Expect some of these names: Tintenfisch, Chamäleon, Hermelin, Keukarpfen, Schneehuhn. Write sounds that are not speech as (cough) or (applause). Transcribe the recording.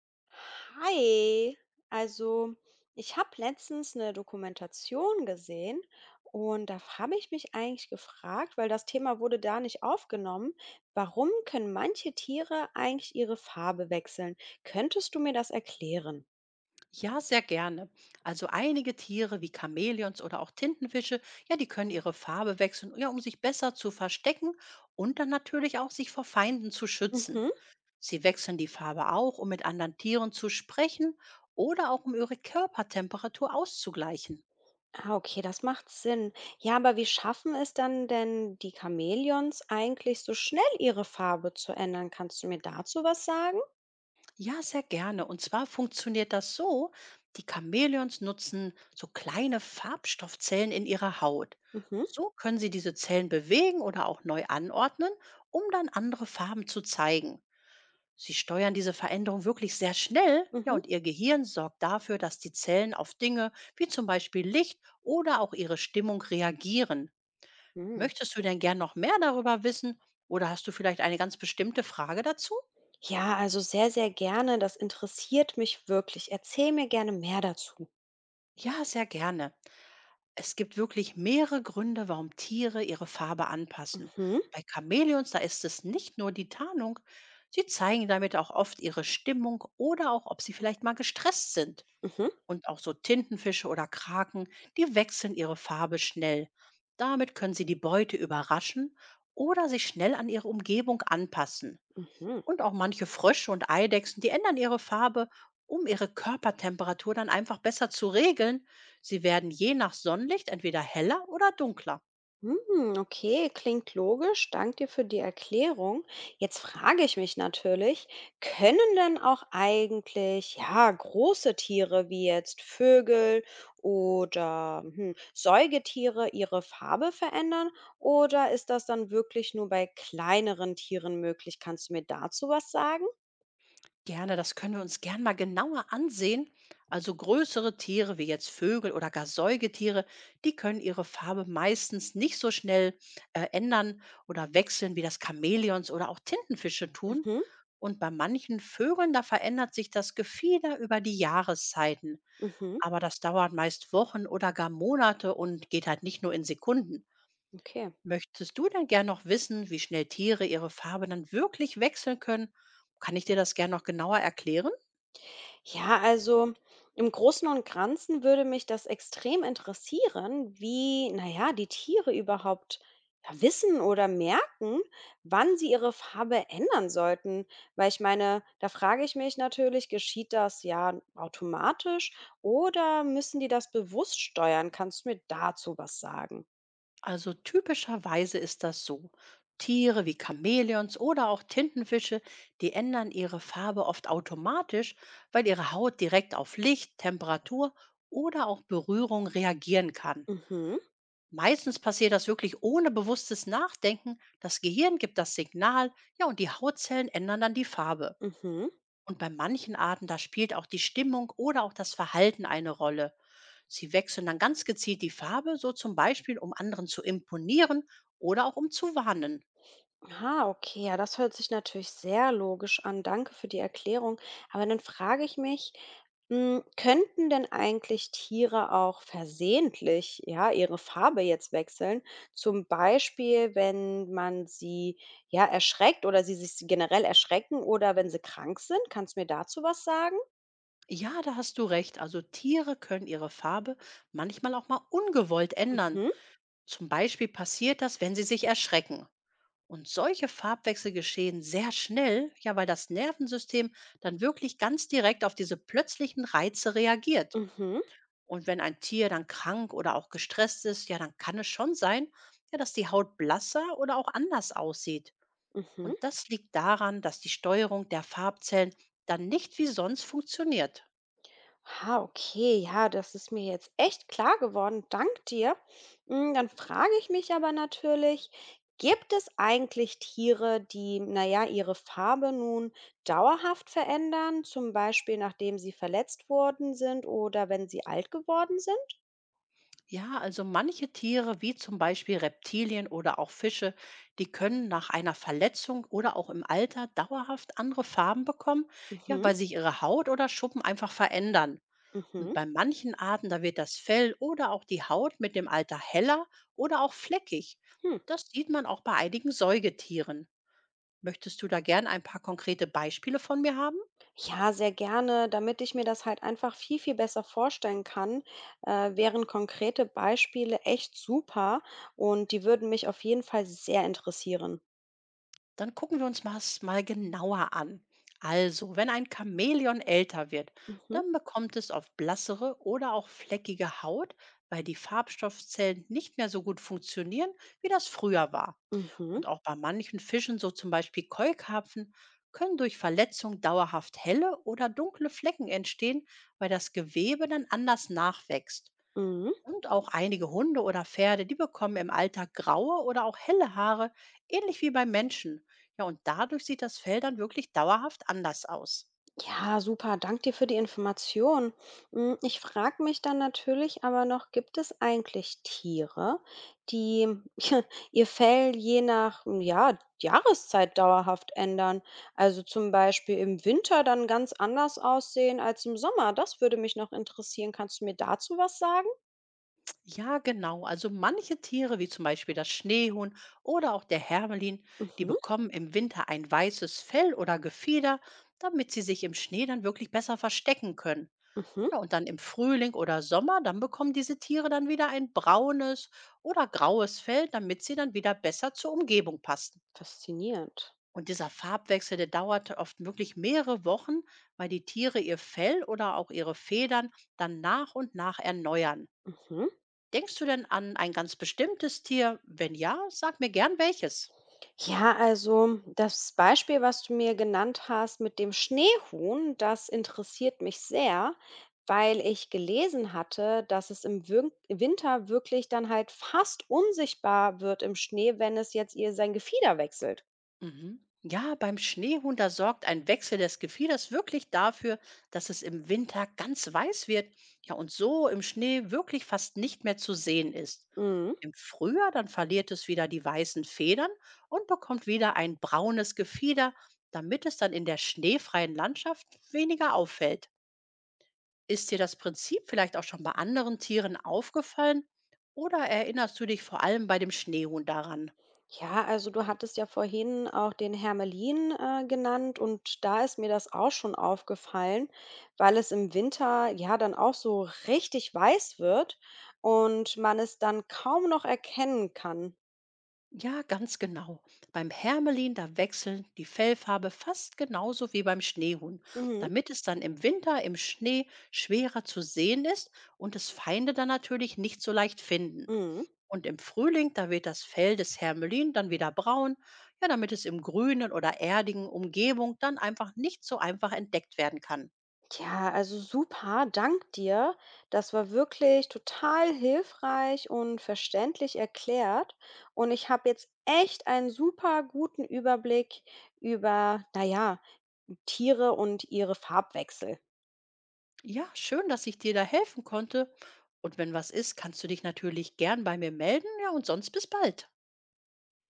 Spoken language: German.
Hi, also ich habe letztens eine Dokumentation gesehen und da habe ich mich eigentlich gefragt, weil das Thema wurde da nicht aufgenommen, warum können manche Tiere eigentlich ihre Farbe wechseln? Könntest du mir das erklären? Ja, sehr gerne. Also einige Tiere wie Chamäleons oder auch Tintenfische, ja, die können ihre Farbe wechseln, ja, um sich besser zu verstecken und dann natürlich auch sich vor Feinden zu schützen. Mhm. Sie wechseln die Farbe auch, um mit anderen Tieren zu sprechen oder auch um ihre Körpertemperatur auszugleichen. Ah, okay, das macht Sinn. Ja, aber wie schaffen es dann denn die Chamäleons eigentlich so schnell ihre Farbe zu ändern? Kannst du mir dazu was sagen? Ja, sehr gerne. Und zwar funktioniert das so, die Chamäleons nutzen so kleine Farbstoffzellen in ihrer Haut. Mhm, So können sie diese Zellen bewegen oder auch neu anordnen, um dann andere Farben zu zeigen. Sie steuern diese Veränderung wirklich sehr schnell, ja, mhm, und ihr Gehirn sorgt dafür, dass die Zellen auf Dinge wie zum Beispiel Licht oder auch ihre Stimmung reagieren. mhm. Möchtest du denn gern noch mehr darüber wissen oder hast du vielleicht eine ganz bestimmte Frage dazu? Ja, also sehr, sehr gerne. Das interessiert mich wirklich. Erzähl mir gerne mehr dazu. Ja, sehr gerne. Es gibt wirklich mehrere Gründe, warum Tiere ihre Farbe anpassen. Mhm, Bei Chamäleons, da ist es nicht nur die Tarnung. Sie zeigen damit auch oft ihre Stimmung oder auch, ob sie vielleicht mal gestresst sind. mhm, Und auch so Tintenfische oder Kraken, die wechseln ihre Farbe schnell. Damit können sie die Beute überraschen oder sich schnell an ihre Umgebung anpassen. mhm. Und auch manche Frösche und Eidechsen, die ändern ihre Farbe, um ihre Körpertemperatur dann einfach besser zu regeln. Sie werden je nach Sonnenlicht entweder heller oder dunkler. Hm, okay, klingt logisch. Dank dir für die Erklärung. Jetzt frage ich mich natürlich, können denn auch eigentlich, ja, große Tiere wie jetzt Vögel oder hm, Säugetiere ihre Farbe verändern? Oder ist das dann wirklich nur bei kleineren Tieren möglich? Kannst du mir dazu was sagen? Gerne, das können wir uns gern mal genauer ansehen. Also größere Tiere wie jetzt Vögel oder gar Säugetiere, die können ihre Farbe meistens nicht so schnell ändern oder wechseln, wie das Chamäleons oder auch Tintenfische tun. Mhm, Und bei manchen Vögeln, da verändert sich das Gefieder über die Jahreszeiten. mhm, Aber das dauert meist Wochen oder gar Monate und geht halt nicht nur in Sekunden. okay. Möchtest du denn gern noch wissen, wie schnell Tiere ihre Farbe dann wirklich wechseln können? Kann ich dir das gern noch genauer erklären? Ja, also im Großen und Ganzen würde mich das extrem interessieren, wie, naja, die Tiere überhaupt ja, wissen oder merken, wann sie ihre Farbe ändern sollten. Weil ich meine, da frage ich mich natürlich, geschieht das ja automatisch oder müssen die das bewusst steuern? Kannst du mir dazu was sagen? Also typischerweise ist das so. Tiere wie Chamäleons oder auch Tintenfische, die ändern ihre Farbe oft automatisch, weil ihre Haut direkt auf Licht, Temperatur oder auch Berührung reagieren kann. Mhm, Meistens passiert das wirklich ohne bewusstes Nachdenken. Das Gehirn gibt das Signal, ja, und die Hautzellen ändern dann die Farbe. mhm. Und bei manchen Arten, da spielt auch die Stimmung oder auch das Verhalten eine Rolle. Sie wechseln dann ganz gezielt die Farbe, so zum Beispiel, um anderen zu imponieren oder auch um zu warnen. Ah, okay, ja, das hört sich natürlich sehr logisch an. Danke für die Erklärung. Aber dann frage ich mich, hm, könnten denn eigentlich Tiere auch versehentlich, ja, ihre Farbe jetzt wechseln? Zum Beispiel, wenn man sie, ja, erschreckt oder sie sich generell erschrecken oder wenn sie krank sind? Kannst du mir dazu was sagen? Ja, da hast du recht. Also Tiere können ihre Farbe manchmal auch mal ungewollt ändern. Mhm, Zum Beispiel passiert das, wenn sie sich erschrecken. Und solche Farbwechsel geschehen sehr schnell, ja, weil das Nervensystem dann wirklich ganz direkt auf diese plötzlichen Reize reagiert. mhm, Und wenn ein Tier dann krank oder auch gestresst ist, ja, dann kann es schon sein, ja, dass die Haut blasser oder auch anders aussieht. mhm. Und das liegt daran, dass die Steuerung der Farbzellen dann nicht wie sonst funktioniert. Ah, okay, ja, das ist mir jetzt echt klar geworden. Dank dir. Mm, dann frage ich mich aber natürlich, gibt es eigentlich Tiere, die, naja, ihre Farbe nun dauerhaft verändern, zum Beispiel nachdem sie verletzt worden sind oder wenn sie alt geworden sind? Ja, also manche Tiere, wie zum Beispiel Reptilien oder auch Fische, die können nach einer Verletzung oder auch im Alter dauerhaft andere Farben bekommen, ja, Mhm, weil sich ihre Haut oder Schuppen einfach verändern. Und mhm. bei manchen Arten, da wird das Fell oder auch die Haut mit dem Alter heller oder auch fleckig. Hm. Das sieht man auch bei einigen Säugetieren. Möchtest du da gern ein paar konkrete Beispiele von mir haben? Ja, sehr gerne, damit ich mir das halt einfach viel, viel besser vorstellen kann, wären konkrete Beispiele echt super und die würden mich auf jeden Fall sehr interessieren. Dann gucken wir uns das mal genauer an. Also, wenn ein Chamäleon älter wird, Mhm, dann bekommt es oft blassere oder auch fleckige Haut, weil die Farbstoffzellen nicht mehr so gut funktionieren, wie das früher war. mhm, Und auch bei manchen Fischen, so zum Beispiel Keukarpfen, können durch Verletzung dauerhaft helle oder dunkle Flecken entstehen, weil das Gewebe dann anders nachwächst. mhm. Und auch einige Hunde oder Pferde, die bekommen im Alltag graue oder auch helle Haare, ähnlich wie bei Menschen. Ja, und dadurch sieht das Fell dann wirklich dauerhaft anders aus. Ja, super. Dank dir für die Information. Hm, ich frage mich dann natürlich aber noch, gibt es eigentlich Tiere, die (laughs) ihr Fell je nach, hm, ja, Jahreszeit dauerhaft ändern? Also zum Beispiel im Winter dann ganz anders aussehen als im Sommer. Das würde mich noch interessieren. Kannst du mir dazu was sagen? Ja, genau. Also manche Tiere, wie zum Beispiel das Schneehuhn oder auch der Hermelin, die Mhm, bekommen im Winter ein weißes Fell oder Gefieder, damit sie sich im Schnee dann wirklich besser verstecken können. mhm. Ja, und dann im Frühling oder Sommer, dann bekommen diese Tiere dann wieder ein braunes oder graues Fell, damit sie dann wieder besser zur Umgebung passen. Faszinierend. Und dieser Farbwechsel, der dauert oft wirklich mehrere Wochen, weil die Tiere ihr Fell oder auch ihre Federn dann nach und nach erneuern. Mhm. Denkst du denn an ein ganz bestimmtes Tier? Wenn ja, sag mir gern welches. Ja, also das Beispiel, was du mir genannt hast mit dem Schneehuhn, das interessiert mich sehr, weil ich gelesen hatte, dass es im Winter wirklich dann halt fast unsichtbar wird im Schnee, wenn es jetzt ihr sein Gefieder wechselt. Mhm. Ja, beim Schneehuhn, da sorgt ein Wechsel des Gefieders wirklich dafür, dass es im Winter ganz weiß wird. Ja, und so im Schnee wirklich fast nicht mehr zu sehen ist. Mhm. Im Frühjahr, dann verliert es wieder die weißen Federn und bekommt wieder ein braunes Gefieder, damit es dann in der schneefreien Landschaft weniger auffällt. Ist dir das Prinzip vielleicht auch schon bei anderen Tieren aufgefallen? Oder erinnerst du dich vor allem bei dem Schneehuhn daran? Ja, also du hattest ja vorhin auch den Hermelin genannt und da ist mir das auch schon aufgefallen, weil es im Winter ja dann auch so richtig weiß wird und man es dann kaum noch erkennen kann. Ja, ganz genau. Beim Hermelin, da wechseln die Fellfarbe fast genauso wie beim Schneehuhn, Mhm. damit es dann im Winter im Schnee schwerer zu sehen ist und es Feinde dann natürlich nicht so leicht finden. Mhm. Und im Frühling, da wird das Fell des Hermelin dann wieder braun, ja, damit es im grünen oder erdigen Umgebung dann einfach nicht so einfach entdeckt werden kann. Ja, also super, dank dir. Das war wirklich total hilfreich und verständlich erklärt. Und ich habe jetzt echt einen super guten Überblick über, naja, Tiere und ihre Farbwechsel. Ja, schön, dass ich dir da helfen konnte. Und wenn was ist, kannst du dich natürlich gern bei mir melden. Ja, und sonst bis bald.